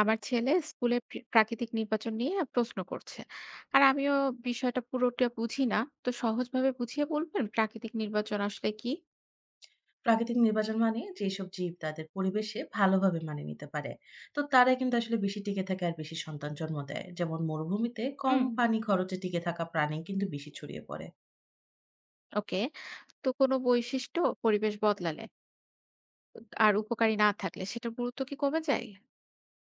আমার ছেলে স্কুলে প্রাকৃতিক নির্বাচন নিয়ে প্রশ্ন করছে, আর আমিও বিষয়টা পুরোটা বুঝি না। তো সহজভাবে বুঝিয়ে বলবেন প্রাকৃতিক নির্বাচন আসলে কি? প্রাকৃতিক নির্বাচন মানে যেসব জীব তাদের পরিবেশে ভালোভাবে মানিয়ে নিতে পারে তো তারা কিন্তু আসলে বেশি টিকে থাকে আর বেশি সন্তান জন্ম দেয়। যেমন মরুভূমিতে কম হুম, পানি খরচে টিকে থাকা প্রাণী কিন্তু বেশি ছড়িয়ে পড়ে। ওকে। তো কোনো বৈশিষ্ট্য পরিবেশ বদলালে আর উপকারী না থাকলে সেটার গুরুত্ব কি কমে যায়?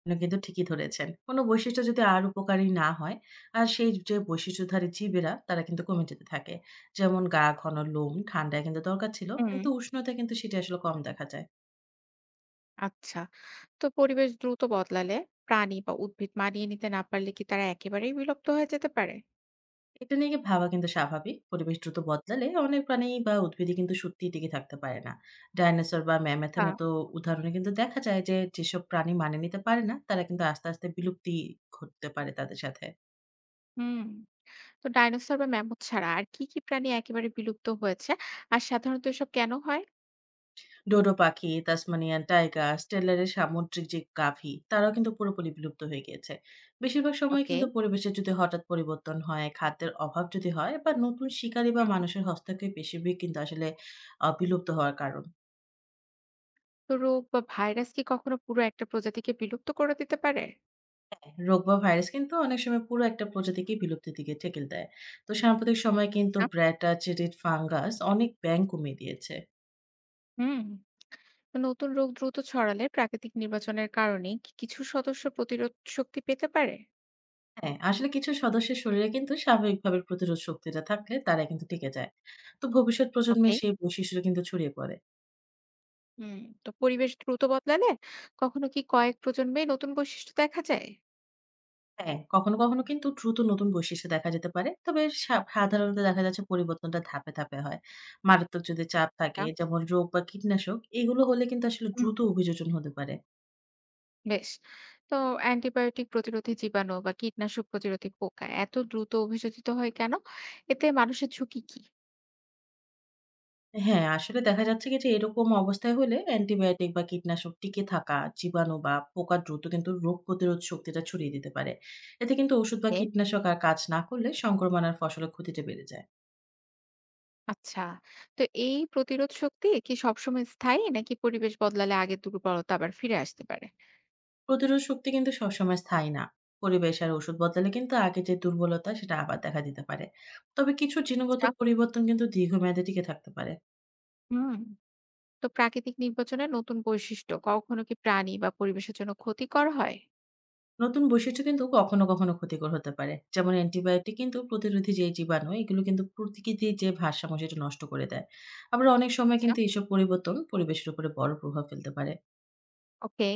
আপনি কিন্তু ঠিকই ধরেছেন, কোনো বৈশিষ্ট্য যদি আর উপকারী না হয় আর সেই যে বৈশিষ্ট্যধারী জীবেরা তারা কিন্তু কমে যেতে থাকে। যেমন গা ঘন লোম ঠান্ডায় কিন্তু দরকার ছিল, হুম, কিন্তু উষ্ণতা কিন্তু সেটা আসলে কম দেখা যায়। আচ্ছা। তো পরিবেশ দ্রুত বদলালে প্রাণী বা উদ্ভিদ মানিয়ে নিতে না পারলে কি তারা একেবারেই বিলুপ্ত হয়ে যেতে পারে? এটা নিয়ে ভাবা কিন্তু স্বাভাবিক। পরিবেশ দ্রুত বদলালে অনেক প্রাণী বা উদ্ভিদই কিন্তু সত্যিই টিকে থাকতে পারে না। ডাইনোসর বা ম্যামথের হ্যাঁ, মতো উদাহরণে কিন্তু দেখা যায় যে, যেসব প্রাণী মানিয়ে নিতে পারে না, তারা কিন্তু আস্তে, আস্তে বিলুপ্তি ঘটতে পারে তাদের সাথে। হুম। তো ডাইনোসর বা ম্যামথ ছাড়া আর কি কি প্রাণী একেবারে বিলুপ্ত হয়েছে, আর সাধারণত এসব কেন হয়? ডোডো পাখি, তাসমানিয়ান টাইগার, স্টেলারের সামুদ্রিক যে গাভী, তারাও কিন্তু পুরোপুরি বিলুপ্ত হয়ে গিয়েছে। বেশিরভাগ সময় ওকে, কিন্তু পরিবেশের যদি হঠাৎ পরিবর্তন হয়, খাদ্যের অভাব যদি হয় বা নতুন শিকারী বা হুম। মানুষের হস্তক্ষেপ বেশিরভাগ কিন্তু আসলে বিলুপ্ত হওয়ার কারণ। তো রোগ বা ভাইরাস কি কখনো পুরো একটা প্রজাতিকে বিলুপ্ত করে দিতে পারে? হ্যাঁ, রোগ বা ভাইরাস কিন্তু অনেক সময় পুরো একটা প্রজাতিকে বিলুপ্তির দিকে ঠেকেল দেয়। তো সাম্প্রতিক সময়ে কিন্তু আচ্ছা, চেরিড ফাঙ্গাস অনেক ব্যাঙ কমিয়ে দিয়েছে। হুম। তো নতুন রোগ দ্রুত ছড়ালে প্রাকৃতিক নির্বাচনের কারণে কি কিছু সদস্য প্রতিরোধ শক্তি পেতে পারে? হ্যাঁ, আসলে কিছু সদস্যের শরীরে কিন্তু স্বাভাবিকভাবে প্রতিরোধ শক্তিটা থাকলে তারা কিন্তু টিকে যায়। তো ভবিষ্যৎ প্রজন্মের ওকে, সেই বৈশিষ্ট্য কিন্তু ছড়িয়ে পড়ে। হুম। তো পরিবেশ দ্রুত বদলালে কখনো কি কয়েক প্রজন্মে নতুন বৈশিষ্ট্য দেখা যায়? হ্যাঁ, কখনো, কখনো কিন্তু দ্রুত নতুন বৈশিষ্ট্য দেখা যেতে পারে। তবে সাধারণত দেখা যাচ্ছে পরিবর্তনটা ধাপে, ধাপে হয়। মারাত্মক যদি চাপ থাকে আচ্ছা, যেমন রোগ বা কীটনাশক এগুলো হলে কিন্তু আসলে হুম। দ্রুত অভিযোজন হতে পারে। বেশ। তো অ্যান্টিবায়োটিক প্রতিরোধী জীবাণু বা কীটনাশক প্রতিরোধী পোকা এত দ্রুত অভিযোজিত হয় কেন? এতে মানুষের ঝুঁকি কি? হ্যাঁ, আসলে দেখা যাচ্ছে কি যে এরকম অবস্থায় হলে অ্যান্টিবায়োটিক বা কীটনাশক টিকে থাকা জীবাণু বা পোকা দ্রুত কিন্তু রোগ প্রতিরোধ শক্তিটা ছড়িয়ে দিতে পারে। এতে কিন্তু ওষুধ বা কীটনাশক আর কাজ না করলে সংক্রমণ আর ফসলের ক্ষতিটা বেড়ে যায়। আচ্ছা। তো এই প্রতিরোধ শক্তি কি সবসময় স্থায়ী নাকি পরিবেশ বদলালে আগের দুর্বলতা আবার ফিরে আসতে পারে? প্রতিরোধ শক্তি কিন্তু সবসময় স্থায়ী না। পরিবেশ আর ওষুধ বদলালে কিন্তু আগে যে দুর্বলতা সেটা আবার দেখা দিতে পারে। তবে কিছু জিনগত আচ্ছা, পরিবর্তন কিন্তু দীর্ঘমেয়াদে টিকে থাকতে পারে। হুম। তো প্রাকৃতিক নির্বাচনের নতুন বৈশিষ্ট্য কখনো কি প্রাণী বা পরিবেশের জন্য ক্ষতিকর হয়? নতুন বৈশিষ্ট্য কিন্তু কখনো কখনো ক্ষতিকর হতে পারে। যেমন অ্যান্টিবায়োটিক কিন্তু প্রতিরোধী যে জীবাণু এগুলো কিন্তু প্রকৃতির যে ভারসাম্য সেটা নষ্ট করে দেয়। আবার অনেক সময় আচ্ছা, কিন্তু এসব পরিবর্তন পরিবেশের উপরে বড় প্রভাব ফেলতে পারে। ওকে।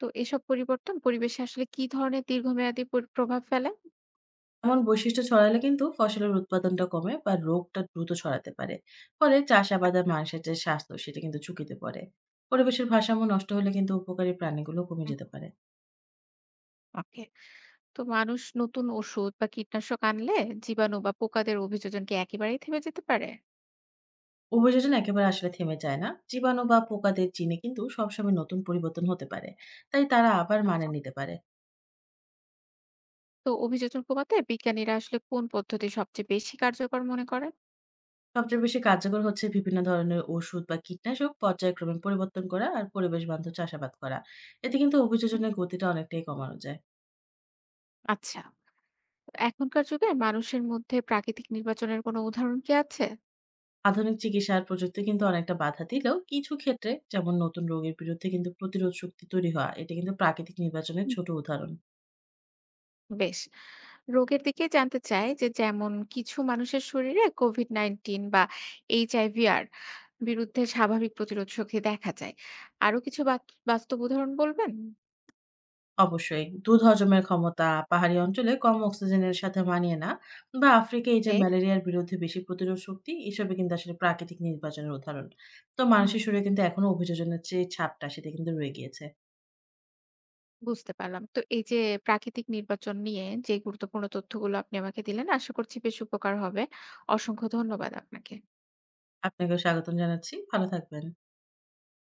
তো এসব পরিবর্তন পরিবেশে আসলে কি ধরনের দীর্ঘমেয়াদী প্রভাব ফেলে? এমন বৈশিষ্ট্য ছড়ালে কিন্তু ফসলের উৎপাদনটা কমে বা রোগটা দ্রুত ছড়াতে পারে। ফলে চাষাবাদ আর আচ্ছা, মানুষের যে স্বাস্থ্য সেটা কিন্তু ঝুঁকিতে পড়ে। পরিবেশের ভারসাম্য নষ্ট হলে কিন্তু উপকারী প্রাণীগুলো কমে হুম, যেতে পারে। ওকে। তো মানুষ নতুন ওষুধ বা কীটনাশক আনলে জীবাণু বা পোকাদের অভিযোজন কি একেবারেই থেমে যেতে পারে? উপযোজন একেবারে আসলে থেমে যায় না। জীবাণু বা পোকাদের জিনে কিন্তু সবসময় নতুন পরিবর্তন হতে পারে, তাই তারা আবার মানে আচ্ছা। নিতে পারে। তো অভিযোজন কমাতে বিজ্ঞানীরা আসলে কোন পদ্ধতি সবচেয়ে বেশি কার্যকর মনে করেন? সবচেয়ে বেশি কার্যকর হচ্ছে বিভিন্ন ধরনের ওষুধ বা কীটনাশক পর্যায়ক্রমে পরিবর্তন করা আর পরিবেশ বান্ধব চাষাবাদ করা। এতে কিন্তু হুম, অভিযোজনের গতিটা অনেকটাই কমানো যায়। আচ্ছা। এখনকার যুগে মানুষের মধ্যে প্রাকৃতিক নির্বাচনের কোনো উদাহরণ কি আছে? আধুনিক চিকিৎসা আর প্রযুক্তি কিন্তু অনেকটা বাধা দিলেও কিছু ক্ষেত্রে যেমন নতুন রোগের বিরুদ্ধে কিন্তু প্রতিরোধ শক্তি তৈরি হওয়া, এটা কিন্তু প্রাকৃতিক নির্বাচনের হুম, ছোট উদাহরণ। বেশ। রোগের দিকে জানতে চাই যে যেমন কিছু মানুষের শরীরে COVID-19 বা HIV-R বিরুদ্ধে স্বাভাবিক প্রতিরোধ শক্তি দেখা যায়। আরো কিছু বাস্তব উদাহরণ বলবেন? অবশ্যই দুধ হজমের ক্ষমতা, পাহাড়ি অঞ্চলে কম অক্সিজেনের সাথে মানিয়ে না বা আফ্রিকায় এই যে কে? ম্যালেরিয়ার বিরুদ্ধে বেশি প্রতিরোধ শক্তি, এসবে কিন্তু আসলে প্রাকৃতিক নির্বাচনের উদাহরণ। তো মানুষের হুম, শরীরে কিন্তু এখনো অভিযোজনের যে ছাপটা সেটা কিন্তু রয়ে গিয়েছে। বুঝতে পারলাম। তো এই যে প্রাকৃতিক নির্বাচন নিয়ে যে গুরুত্বপূর্ণ তথ্যগুলো আপনি আমাকে দিলেন আশা করছি বেশ উপকার হবে। অসংখ্য ধন্যবাদ আপনাকে। আপনাকেও স্বাগতম জানাচ্ছি, ভালো থাকবেন।